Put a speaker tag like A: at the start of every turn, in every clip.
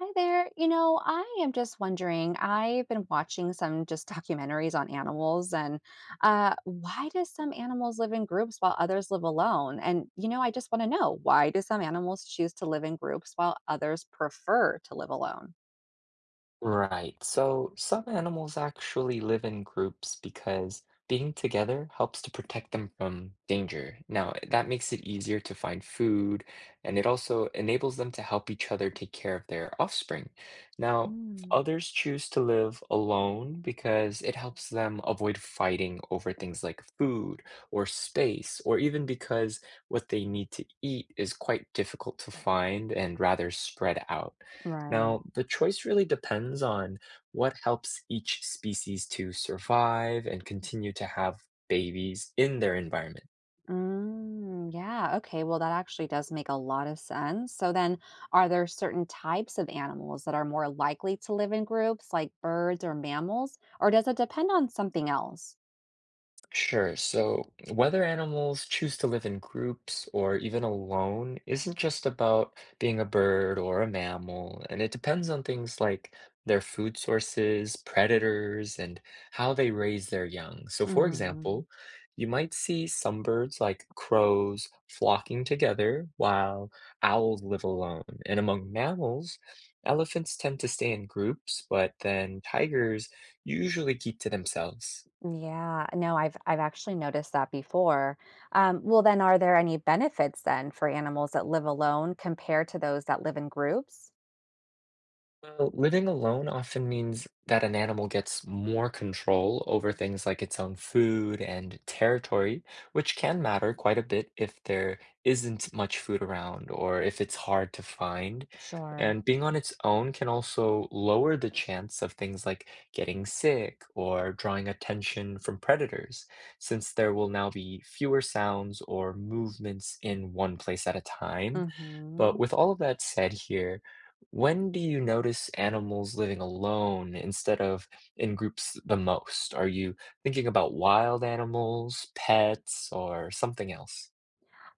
A: Hi there. You know, I am just wondering, I've been watching some just documentaries on animals and why do some animals live in groups while others live alone? And you know, I just want to know, why do some animals choose to live in groups while others prefer to live alone?
B: Right. So some animals actually live in groups because being together helps to protect them from danger. Now, that makes it easier to find food, and it also enables them to help each other take care of their offspring. Now,
A: Mm,
B: others choose to live alone because it helps them avoid fighting over things like food or space, or even because what they need to eat is quite difficult to find and rather spread out.
A: right.
B: Now, the choice really depends on what helps each species to survive and continue to have babies in their environment.
A: Mm, yeah, okay. Well, that actually does make a lot of sense. So then, are there certain types of animals that are more likely to live in groups, like birds or mammals, or does it depend on something else?
B: Sure. So, whether animals choose to live in groups or even alone isn't just about being a bird or a mammal, and it depends on things like their food sources, predators, and how they raise their young. So, for example,
A: Mhm.
B: you might see some birds like crows flocking together, while owls live alone. And among mammals, elephants tend to stay in groups, but then tigers usually keep to themselves.
A: Yeah, no, I've actually noticed that before. Well, then, are there any benefits then for animals that live alone compared to those that live in groups?
B: Well, living alone often means that an animal gets more control over things like its own food and territory, which can matter quite a bit if there isn't much food around or if it's hard to find.
A: Sure.
B: And being on its own can also lower the chance of things like getting sick or drawing attention from predators, since there will now be fewer sounds or movements in one place at a time. But
A: Hmm.
B: with all of that said here, when do you notice animals living alone instead of in groups the most? Are you thinking about wild animals, pets, or something else?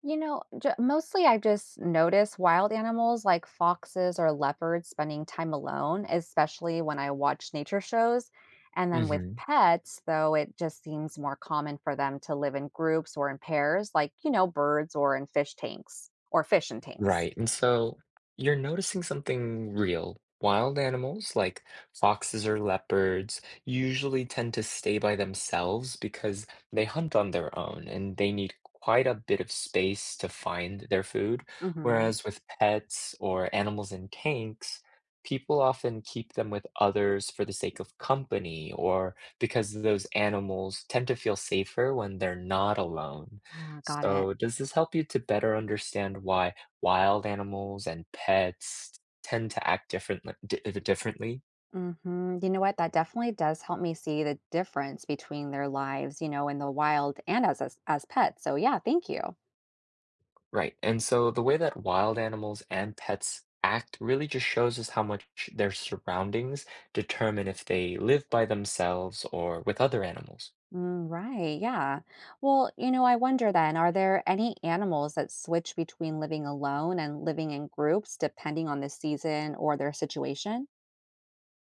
A: Mostly I've just noticed wild animals like foxes or leopards spending time alone, especially when I watch nature shows. And then with
B: Hmm.
A: pets, though, it just seems more common for them to live in groups or in pairs, like, you know, birds or in fish tanks or fish in tanks.
B: Right. And so you're noticing something real. Wild animals like foxes or leopards usually tend to stay by themselves because they hunt on their own and they need quite a bit of space to find their food.
A: Mhm.
B: Whereas with pets or animals in tanks, people often keep them with others for the sake of company or because those animals tend to feel safer when they're not alone.
A: Ah, got it.
B: So, does this help you to better understand why wild animals and pets tend to act differently?
A: Mhm. You know what? That definitely does help me see the difference between their lives, you know, in the wild and as pets. So yeah, thank you.
B: Right, and so the way that wild animals and pets act really just shows us how much their surroundings determine if they live by themselves or with other animals.
A: Mm, right. Yeah. Well, you know, I wonder then, are there any animals that switch between living alone and living in groups depending on the season or their situation?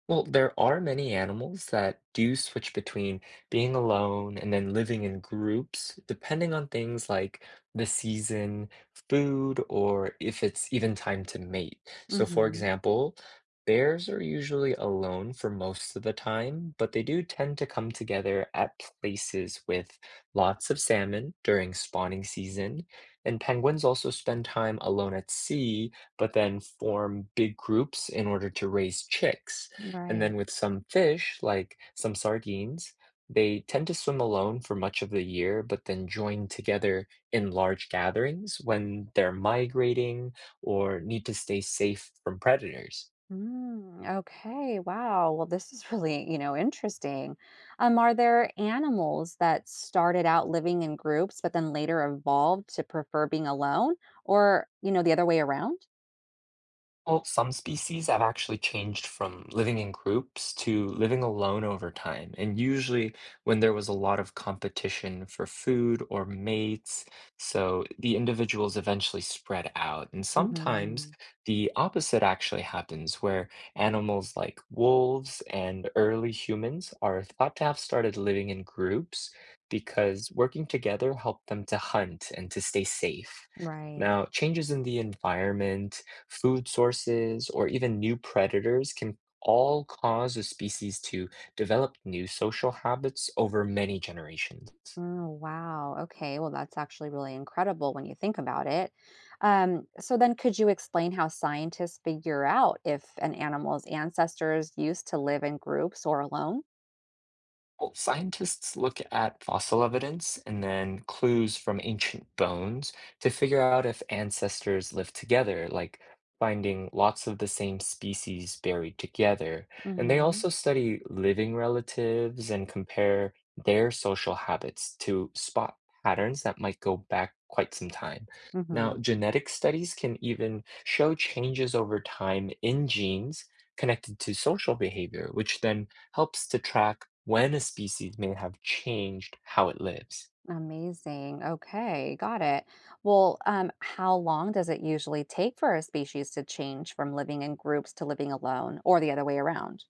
B: Well, there are many animals that do switch between being alone and then living in groups, depending on things like the season, food, or if it's even time to mate. So, for
A: Mhm.
B: example, bears are usually alone for most of the time, but they do tend to come together at places with lots of salmon during spawning season. And penguins also spend time alone at sea, but then form big groups in order to raise chicks. And then
A: Right.
B: with some fish, like some sardines, they tend to swim alone for much of the year, but then join together in large gatherings when they're migrating or need to stay safe from predators.
A: Mm, okay, wow. Well, this is really, you know, interesting. Are there animals that started out living in groups but then later evolved to prefer being alone or, you know, the other way around?
B: Well, some species have actually changed from living in groups to living alone over time, and usually when there was a lot of competition for food or mates, so the individuals eventually spread out. And sometimes
A: Hmm.
B: the opposite actually happens, where animals like wolves and early humans are thought to have started living in groups because working together helped them to hunt and to stay safe.
A: Right.
B: Now, changes in the environment, food sources, or even new predators can all cause a species to develop new social habits over many generations.
A: Oh, wow. Okay. Well, that's actually really incredible when you think about it. So then could you explain how scientists figure out if an animal's ancestors used to live in groups or alone?
B: Well, scientists look at fossil evidence and then clues from ancient bones to figure out if ancestors lived together, like finding lots of the same species buried together. And they
A: Mm-hmm.
B: also study living relatives and compare their social habits to spot patterns that might go back quite some time. Now,
A: Mm-hmm.
B: genetic studies can even show changes over time in genes connected to social behavior, which then helps to track when a species may have changed how it lives.
A: Amazing. Okay, got it. Well, how long does it usually take for a species to change from living in groups to living alone or the other way around?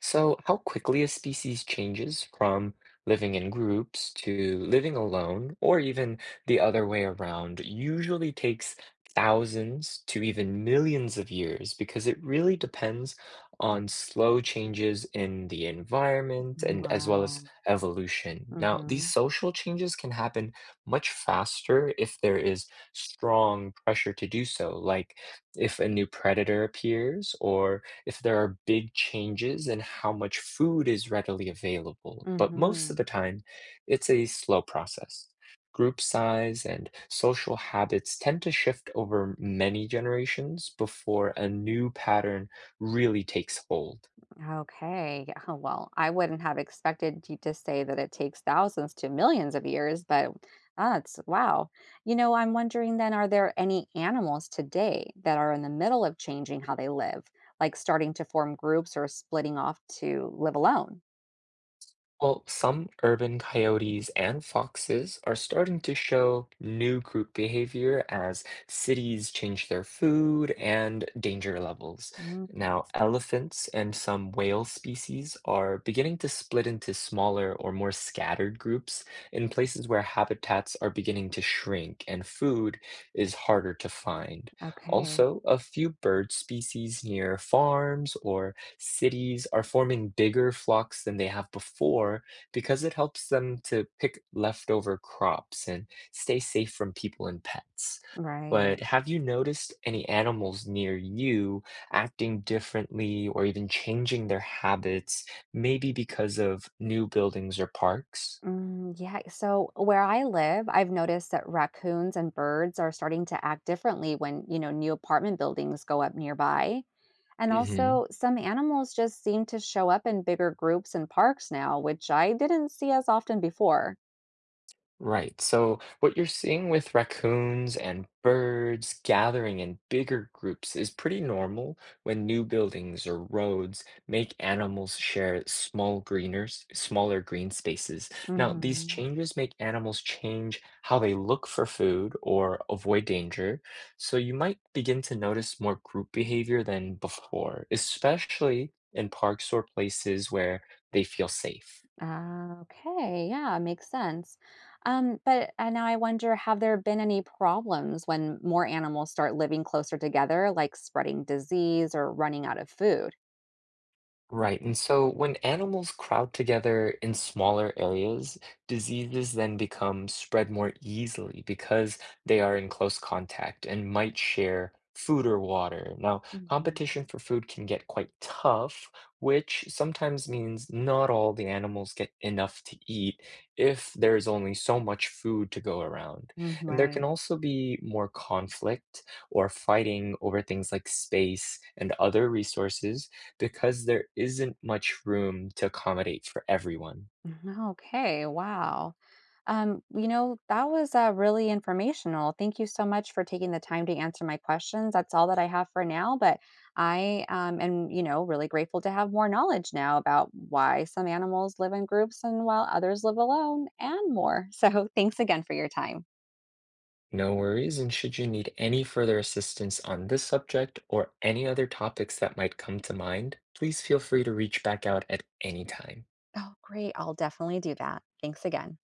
B: So, how quickly a species changes from living in groups to living alone, or even the other way around, usually takes thousands to even millions of years because it really depends on slow changes in the environment and as well as
A: Wow.
B: evolution. Now, these
A: Mm-hmm.
B: social changes can happen much faster if there is strong pressure to do so, like if a new predator appears or if there are big changes in how much food is readily available, but most
A: Mm-hmm.
B: of the time, it's a slow process. Group size and social habits tend to shift over many generations before a new pattern really takes hold.
A: Okay, yeah. Oh, well, I wouldn't have expected you to say that it takes thousands to millions of years, but that's wow. You know, I'm wondering then, are there any animals today that are in the middle of changing how they live, like starting to form groups or splitting off to live alone?
B: Well, some urban coyotes and foxes are starting to show new group behavior as cities change their food and danger levels.
A: Mm,
B: Now, elephants and some whale species are beginning to split into smaller or more scattered groups in places where habitats are beginning to shrink and food is harder to find.
A: okay.
B: Also, a few bird species near farms or cities are forming bigger flocks than they have before because it helps them to pick leftover crops and stay safe from people and pets. But
A: Right.
B: have you noticed any animals near you acting differently or even changing their habits, maybe because of new buildings or parks?
A: Mm, yeah. So where I live, I've noticed that raccoons and birds are starting to act differently when, you know, new apartment buildings go up nearby. And
B: Hmm.
A: also, some animals just seem to show up in bigger groups in parks now, which I didn't see as often before.
B: Right. So what you're seeing with raccoons and birds gathering in bigger groups is pretty normal when new buildings or roads make animals share smaller green spaces. Now, these
A: Hmm.
B: changes make animals change how they look for food or avoid danger. So you might begin to notice more group behavior than before, especially in parks or places where they feel safe.
A: Ah, okay. Yeah, makes sense. But and now I wonder, have there been any problems when more animals start living closer together, like spreading disease or running out of food?
B: Right. And so when animals crowd together in smaller areas, diseases then become spread more easily because they are in close contact and might share food or water. Now,
A: Mhm.
B: competition for food can get quite tough, which sometimes means not all the animals get enough to eat if there's only so much food to go around.
A: Mm,
B: And there can
A: right.
B: also be more conflict or fighting over things like space and other resources because there isn't much room to accommodate for everyone.
A: Mm-hmm. Okay, wow. You know, that was really informational. Thank you so much for taking the time to answer my questions. That's all that I have for now, but I am, you know, really grateful to have more knowledge now about why some animals live in groups and while others live alone and more. So thanks again for your time.
B: No worries, and should you need any further assistance on this subject or any other topics that might come to mind, please feel free to reach back out at any time.
A: Oh, great. I'll definitely do that. Thanks again.